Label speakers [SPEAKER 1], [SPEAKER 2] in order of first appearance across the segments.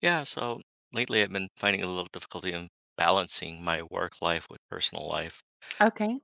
[SPEAKER 1] Yeah, so lately I've been finding a little difficulty in balancing my work life with personal life.
[SPEAKER 2] Okay.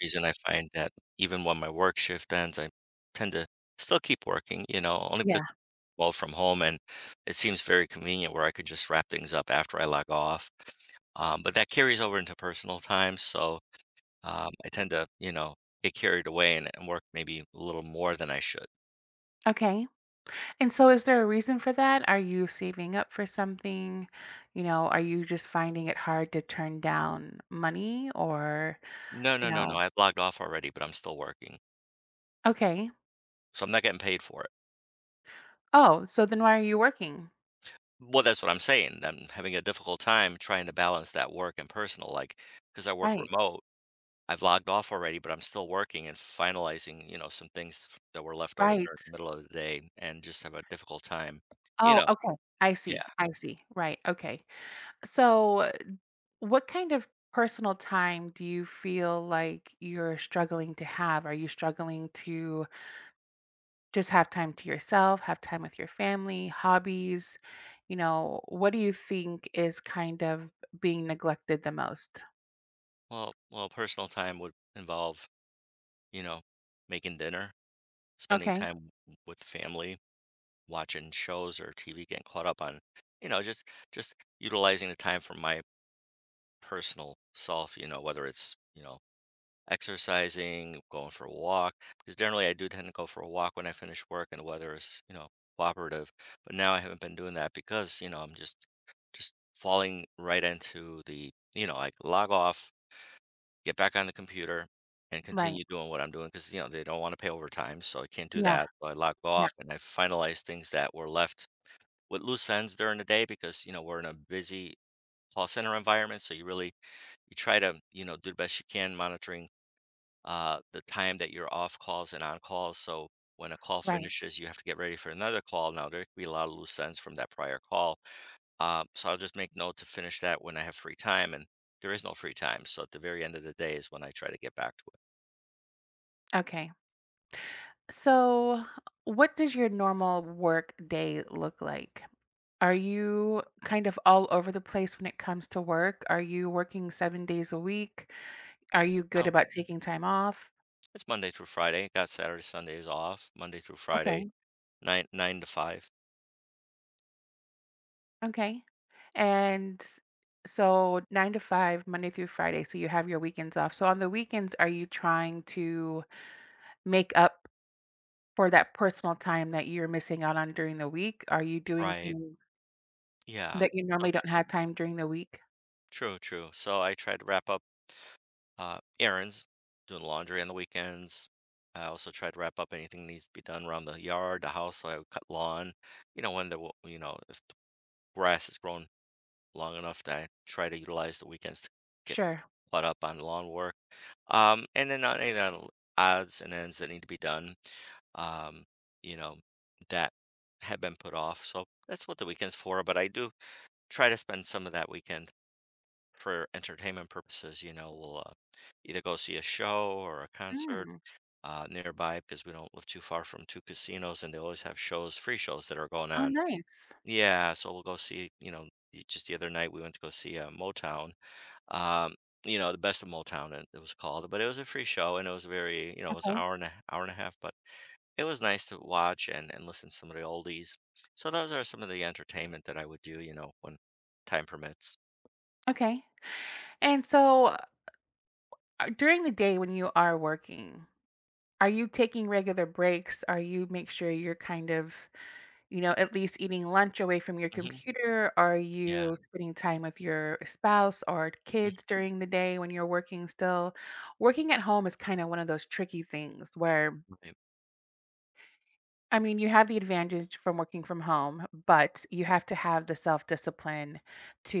[SPEAKER 1] Reason I find that even when my work shift ends, I tend to still keep working, only because
[SPEAKER 2] Yeah.
[SPEAKER 1] I well from home and it seems very convenient where I could just wrap things up after I log off. But that carries over into personal time, so I tend to, get carried away and work maybe a little more than I should.
[SPEAKER 2] Okay. And so is there a reason for that? Are you saving up for something? You know, are you just finding it hard to turn down money or,
[SPEAKER 1] No, no,
[SPEAKER 2] you
[SPEAKER 1] no, no.
[SPEAKER 2] know
[SPEAKER 1] I've logged off already, but I'm still working,
[SPEAKER 2] Okay.
[SPEAKER 1] so I'm not getting paid for it.
[SPEAKER 2] Oh, so then why are you working?
[SPEAKER 1] Well, that's what I'm saying. I'm having a difficult time trying to balance that work and personal, like, because I work
[SPEAKER 2] Right.
[SPEAKER 1] remote. I've logged off already, but I'm still working and finalizing, some things that were left over
[SPEAKER 2] Right.
[SPEAKER 1] during the middle of the day and just have a difficult time. You
[SPEAKER 2] Oh,
[SPEAKER 1] know,
[SPEAKER 2] okay. I
[SPEAKER 1] yeah.
[SPEAKER 2] see. I see. Right. Okay. So what kind of personal time do you feel like you're struggling to have? Are you struggling to just have time to yourself, have time with your family, hobbies, what do you think is kind of being neglected the most?
[SPEAKER 1] Well, personal time would involve, you know, making dinner, spending
[SPEAKER 2] Okay,
[SPEAKER 1] time with family, watching shows or TV, getting caught up on, you know, just just utilizing the time for my personal self, whether it's, exercising, going for a walk, because generally I do tend to go for a walk when I finish work and the weather is, cooperative. But now I haven't been doing that because, I'm just falling right into the, like log off, get back on the computer and
[SPEAKER 2] right.
[SPEAKER 1] continue doing what I'm doing because, they don't want to pay overtime. So I can't do
[SPEAKER 2] Yeah,
[SPEAKER 1] that. So I log
[SPEAKER 2] yeah,
[SPEAKER 1] off and I finalize things that were left with loose ends during the day because, we're in a busy call center environment. So you really you try to, do the best you can monitoring the time that you're off calls and on calls. So when a call
[SPEAKER 2] right.
[SPEAKER 1] finishes, you have to get ready for another call. Now, there could be a lot of loose ends from that prior call. So I'll just make note to finish that when I have free time. And there is no free time. So at the very end of the day is when I try to get back to it.
[SPEAKER 2] Okay. So, what does your normal work day look like? Are you kind of all over the place when it comes to work? Are you working 7 days a week? Are you good
[SPEAKER 1] No,
[SPEAKER 2] about taking time off?
[SPEAKER 1] it's Monday through Friday. Got Saturday, Sundays off. Monday through Friday,
[SPEAKER 2] Okay.
[SPEAKER 1] nine to five.
[SPEAKER 2] Okay. And so 9 to 5 Monday through Friday, so you have your weekends off. So on the weekends, are you trying to make up for that personal time that you're missing out on during the week? Are you doing
[SPEAKER 1] Right.
[SPEAKER 2] things
[SPEAKER 1] Yeah.
[SPEAKER 2] that you
[SPEAKER 1] Oh,
[SPEAKER 2] normally don't have time during the week?
[SPEAKER 1] true, true. So I try to wrap up errands, doing laundry on the weekends. I also try to wrap up anything needs to be done around the yard, the house. So I would cut lawn. You know, when the you know if the grass is grown long enough, that I try to utilize the weekends to get
[SPEAKER 2] Sure.
[SPEAKER 1] caught up on lawn work. And then on any other odds and ends that need to be done. Um, you know, that have been put off. So that's what the weekend's for. But I do try to spend some of that weekend for entertainment purposes, we'll either go see a show or a concert
[SPEAKER 2] Mm.
[SPEAKER 1] nearby because we don't live too far from two casinos, and they always have shows, free shows that are going
[SPEAKER 2] Oh,
[SPEAKER 1] on.
[SPEAKER 2] nice.
[SPEAKER 1] Yeah, so we'll go see. You know, just the other night we went to go see Motown. Um, you know, the best of Motown it was called, but it was a free show, and it was very, it was an
[SPEAKER 2] Okay.
[SPEAKER 1] hour and a half, but it was nice to watch and listen to some of the oldies. So those are some of the entertainment that I would do, when time permits.
[SPEAKER 2] Okay. And so during the day when you are working, are you taking regular breaks? Are you make sure you're kind of at least eating lunch away from your
[SPEAKER 1] Hmm.
[SPEAKER 2] computer? Are
[SPEAKER 1] Yeah.
[SPEAKER 2] you spending time with your spouse or kids during the day when you're working still? Working at home is kind of one of those tricky things where,
[SPEAKER 1] Mhm.
[SPEAKER 2] I mean, you have the advantage from working from home, but you have to have the self discipline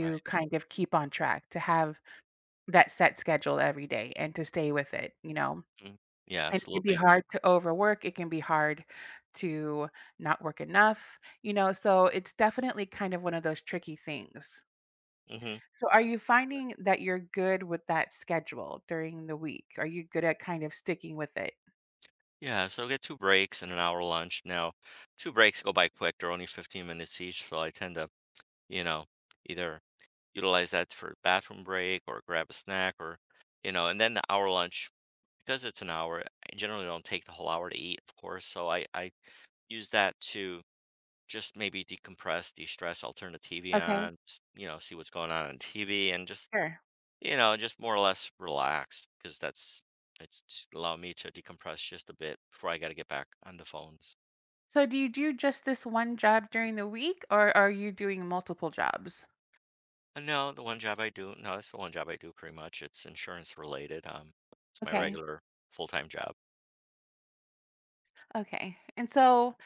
[SPEAKER 1] Right.
[SPEAKER 2] kind of keep on track, to have that set schedule every day and to stay with it, you know?
[SPEAKER 1] Mhm. Yeah,
[SPEAKER 2] And it can be
[SPEAKER 1] absolutely.
[SPEAKER 2] hard to overwork, it can be hard to not work enough, so it's definitely kind of one of those tricky things.
[SPEAKER 1] Mhm.
[SPEAKER 2] So are you finding that you're good with that schedule during the week? Are you good at kind of sticking with it?
[SPEAKER 1] Yeah, so get two breaks and an hour lunch. Now, two breaks go by quick, they're only 15 minutes each, so I tend to, you know, either utilize that for bathroom break or grab a snack or, and then the hour lunch, because it's an hour, I generally don't take the whole hour to eat, of course, so I use that to just maybe decompress, de-stress. I'll turn the TV
[SPEAKER 2] Okay,
[SPEAKER 1] on, s you know, see what's going on TV and just
[SPEAKER 2] sure.
[SPEAKER 1] just more or less relaxed because that's it's just allowed me to decompress just a bit before I got to get back on the phones.
[SPEAKER 2] So do you do just this one job during the week or are you doing multiple jobs?
[SPEAKER 1] And no, the one job I do, no, that's the one job I do pretty much. It's insurance related. It's my
[SPEAKER 2] Okay.
[SPEAKER 1] regular full-time job.
[SPEAKER 2] Okay. And so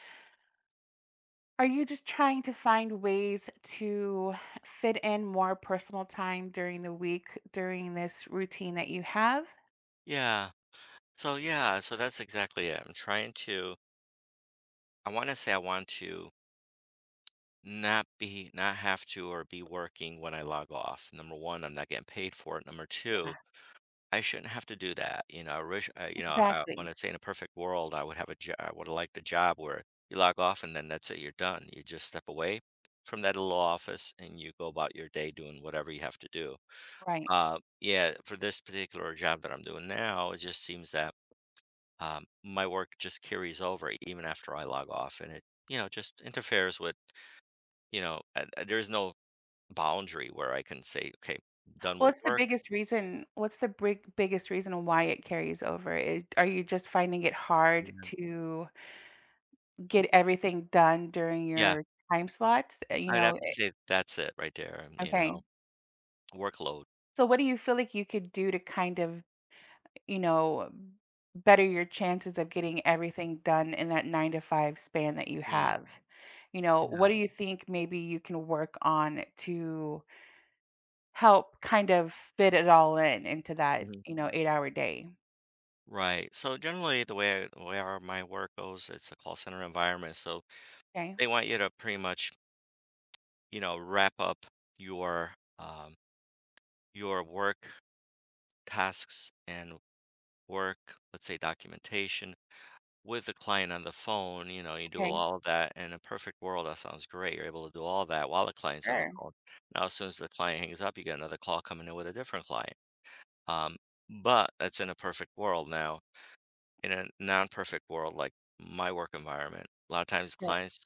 [SPEAKER 2] are you just trying to find ways to fit in more personal time during the week during this routine that you have?
[SPEAKER 1] Yeah. So yeah, so that's exactly it. I'm trying to, I want to say I want to not be, not have to or be working when I log off. Number one, I'm not getting paid for it. Number two,
[SPEAKER 2] Yeah.
[SPEAKER 1] I shouldn't have to do that, I wish I
[SPEAKER 2] Exactly.
[SPEAKER 1] wanna say in a perfect world, I would have a jo I would have liked a job where you log off and then that's it, you're done. You just step away from that little office and you go about your day doing whatever you have to do.
[SPEAKER 2] Right.
[SPEAKER 1] Yeah, for this particular job that I'm doing now, it just seems that, my work just carries over even after I log off and it, just interferes with, there's no boundary where I can say, "Okay, done with
[SPEAKER 2] What's the
[SPEAKER 1] work."
[SPEAKER 2] biggest reason what's the big biggest reason why it carries over? Is are you just finding it hard
[SPEAKER 1] Yeah.
[SPEAKER 2] to get everything done during
[SPEAKER 1] Yeah.
[SPEAKER 2] your time slots?
[SPEAKER 1] I'd have to say that's it right there,
[SPEAKER 2] Okay.
[SPEAKER 1] workload.
[SPEAKER 2] So what do you feel like you could do to kind of you know, better your chances of getting everything done in that 9 to 5 span that you
[SPEAKER 1] Mm,
[SPEAKER 2] have. You know, what
[SPEAKER 1] yeah,
[SPEAKER 2] do you think maybe you can work on to help kind of fit it all in into that,
[SPEAKER 1] mhm.
[SPEAKER 2] you know, 8-hour day?
[SPEAKER 1] Right, so generally, the way our my work goes, it's a call center environment, so
[SPEAKER 2] Okay,
[SPEAKER 1] they want you to pretty much, wrap up your, um, your work tasks and work, let's say, documentation with the client on the phone, you do
[SPEAKER 2] okay,
[SPEAKER 1] all of that. In a perfect world, that sounds great. You're able to do all that while the client's on the
[SPEAKER 2] sure,
[SPEAKER 1] phone. Now, as soon as the client hangs up, you get another call coming in with a different client. Um, but that's in a perfect world now. In a non-perfect world, like my work environment, a lot of times
[SPEAKER 2] sure,
[SPEAKER 1] clients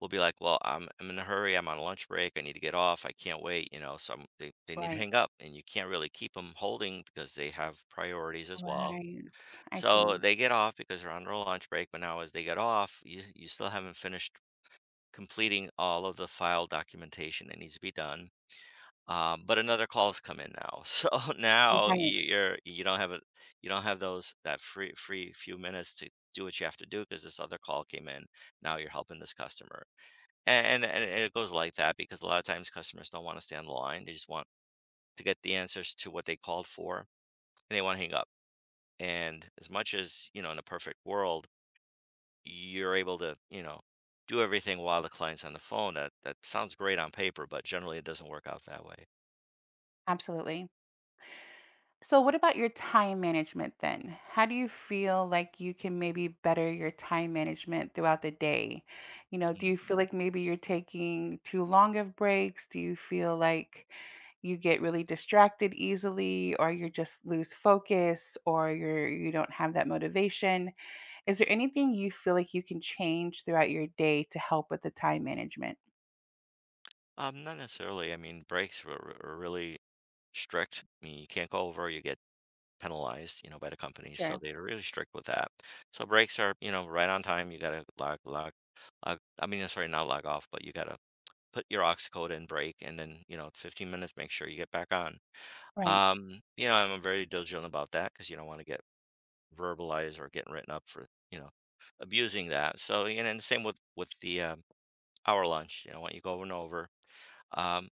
[SPEAKER 1] will be like, "Well, I'm in a hurry. I'm on lunch break. I need to get off. I can't wait." You know, so they need to
[SPEAKER 2] right,
[SPEAKER 1] hang up, and you can't really keep them holding because they have priorities as well.
[SPEAKER 2] right, I see,
[SPEAKER 1] So they get off because they're on their lunch break. But now, as they get off, you still haven't finished completing all of the file documentation that needs to be done but another call has come in now. So now
[SPEAKER 2] right,
[SPEAKER 1] you don't have a you don't have those that free few minutes to do what you have to do because this other call came in. Now you're helping this customer. And it goes like that because a lot of times customers don't want to stay on the line. They just want to get the answers to what they called for and they want to hang up. And as much as, in a perfect world, you're able to, do everything while the client's on the phone. That sounds great on paper, but generally it doesn't work out that way.
[SPEAKER 2] absolutely. So, what about your time management then? How do you feel like you can maybe better your time management throughout the day? You know, do you feel like maybe you're taking too long of breaks? Do you feel like you get really distracted easily or you just lose focus or you don't have that motivation? Is there anything you feel like you can change throughout your day to help with the time management?
[SPEAKER 1] Not necessarily. I mean, breaks were really strict. I mean, you can't go over, you get penalized, by the company. So
[SPEAKER 2] Sure.
[SPEAKER 1] they're really strict with that. So breaks are, right on time. You gotta log. I mean, sorry, not log off, but you gotta put your aux code in, break, and then, 15 minutes, make sure you get back on.
[SPEAKER 2] Right.
[SPEAKER 1] You know, I'm very diligent about that because you don't want to get verbalized or getting written up for, abusing that. So, and same with the hour lunch. You know, when you go over and over. Um,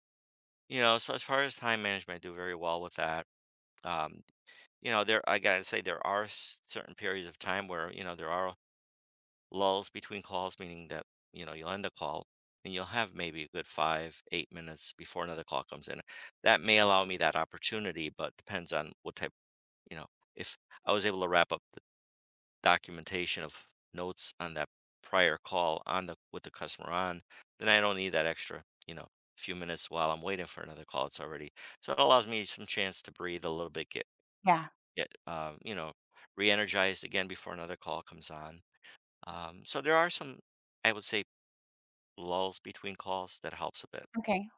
[SPEAKER 1] You know, so as far as time management, I do very well with that. Um, you know, there I gotta say there are certain periods of time where, there are lulls between calls, meaning that, you'll end a call and you'll have maybe a good five, 8 minutes before another call comes in. That may allow me that opportunity, but depends on what type, you know, if I was able to wrap up documentation of notes on that prior call on the with the customer on, then I don't need that extra, few minutes while I'm waiting for another call. It's already so it allows me some chance to breathe a little bit,
[SPEAKER 2] Yeah.
[SPEAKER 1] get re-energized again before another call comes on. So there are some, I would say, lulls between calls that helps a bit.
[SPEAKER 2] Okay.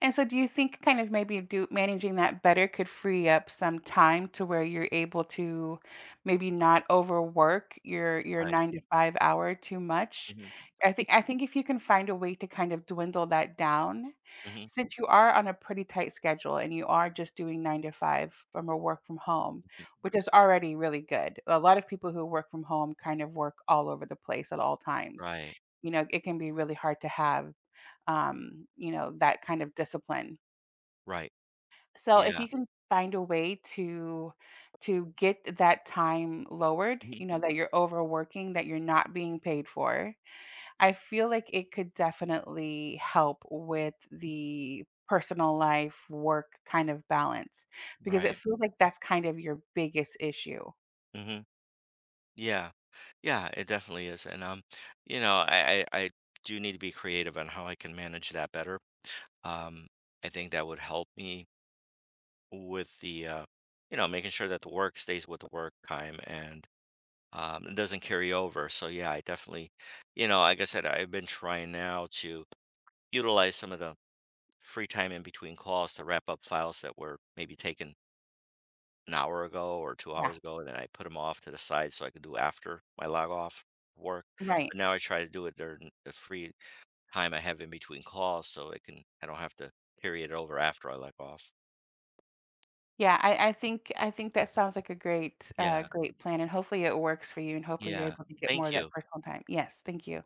[SPEAKER 2] And so do you think kind of maybe do managing that better could free up some time to where you're able to maybe not overwork your
[SPEAKER 1] Right.
[SPEAKER 2] 9 to 5 hour too much?
[SPEAKER 1] Hmm.
[SPEAKER 2] I think if you can find a way to kind of dwindle that down,
[SPEAKER 1] Hmm.
[SPEAKER 2] since you are on a pretty tight schedule and you are just doing 9 to 5 from a work from home, which is already really good. A lot of people who work from home kind of work all over the place at all times.
[SPEAKER 1] Right.
[SPEAKER 2] You know, it can be really hard to have that kind of discipline.
[SPEAKER 1] Right.
[SPEAKER 2] So if
[SPEAKER 1] Yeah.
[SPEAKER 2] you can find a way to get that time lowered,
[SPEAKER 1] Hmm.
[SPEAKER 2] that you're overworking, that you're not being paid for, I feel like it could definitely help with the personal life work kind of balance because it
[SPEAKER 1] Right.
[SPEAKER 2] feels like that's kind of your biggest issue.
[SPEAKER 1] Hmm. Yeah. Yeah, it definitely is. And I do need to be creative on how I can manage that better. Um, I think that would help me with the making sure that the work stays with the work time and it doesn't carry over. So yeah, I definitely, like I said, I've been trying now to utilize some of the free time in between calls to wrap up files that were maybe taken an hour ago or 2
[SPEAKER 2] Yeah.
[SPEAKER 1] hours ago, and then I put them off to the side so I could do after my log off work, but
[SPEAKER 2] Right.
[SPEAKER 1] now I try to do it during the free time I have in between calls so it can I don't have to carry it over after I log off.
[SPEAKER 2] Yeah, I think that sounds like a great uh,
[SPEAKER 1] Yeah,
[SPEAKER 2] great plan, and hopefully it works for you, and hopefully you're
[SPEAKER 1] yeah.
[SPEAKER 2] able to get more
[SPEAKER 1] Thank
[SPEAKER 2] of that
[SPEAKER 1] you.
[SPEAKER 2] personal time. Yes, thank you.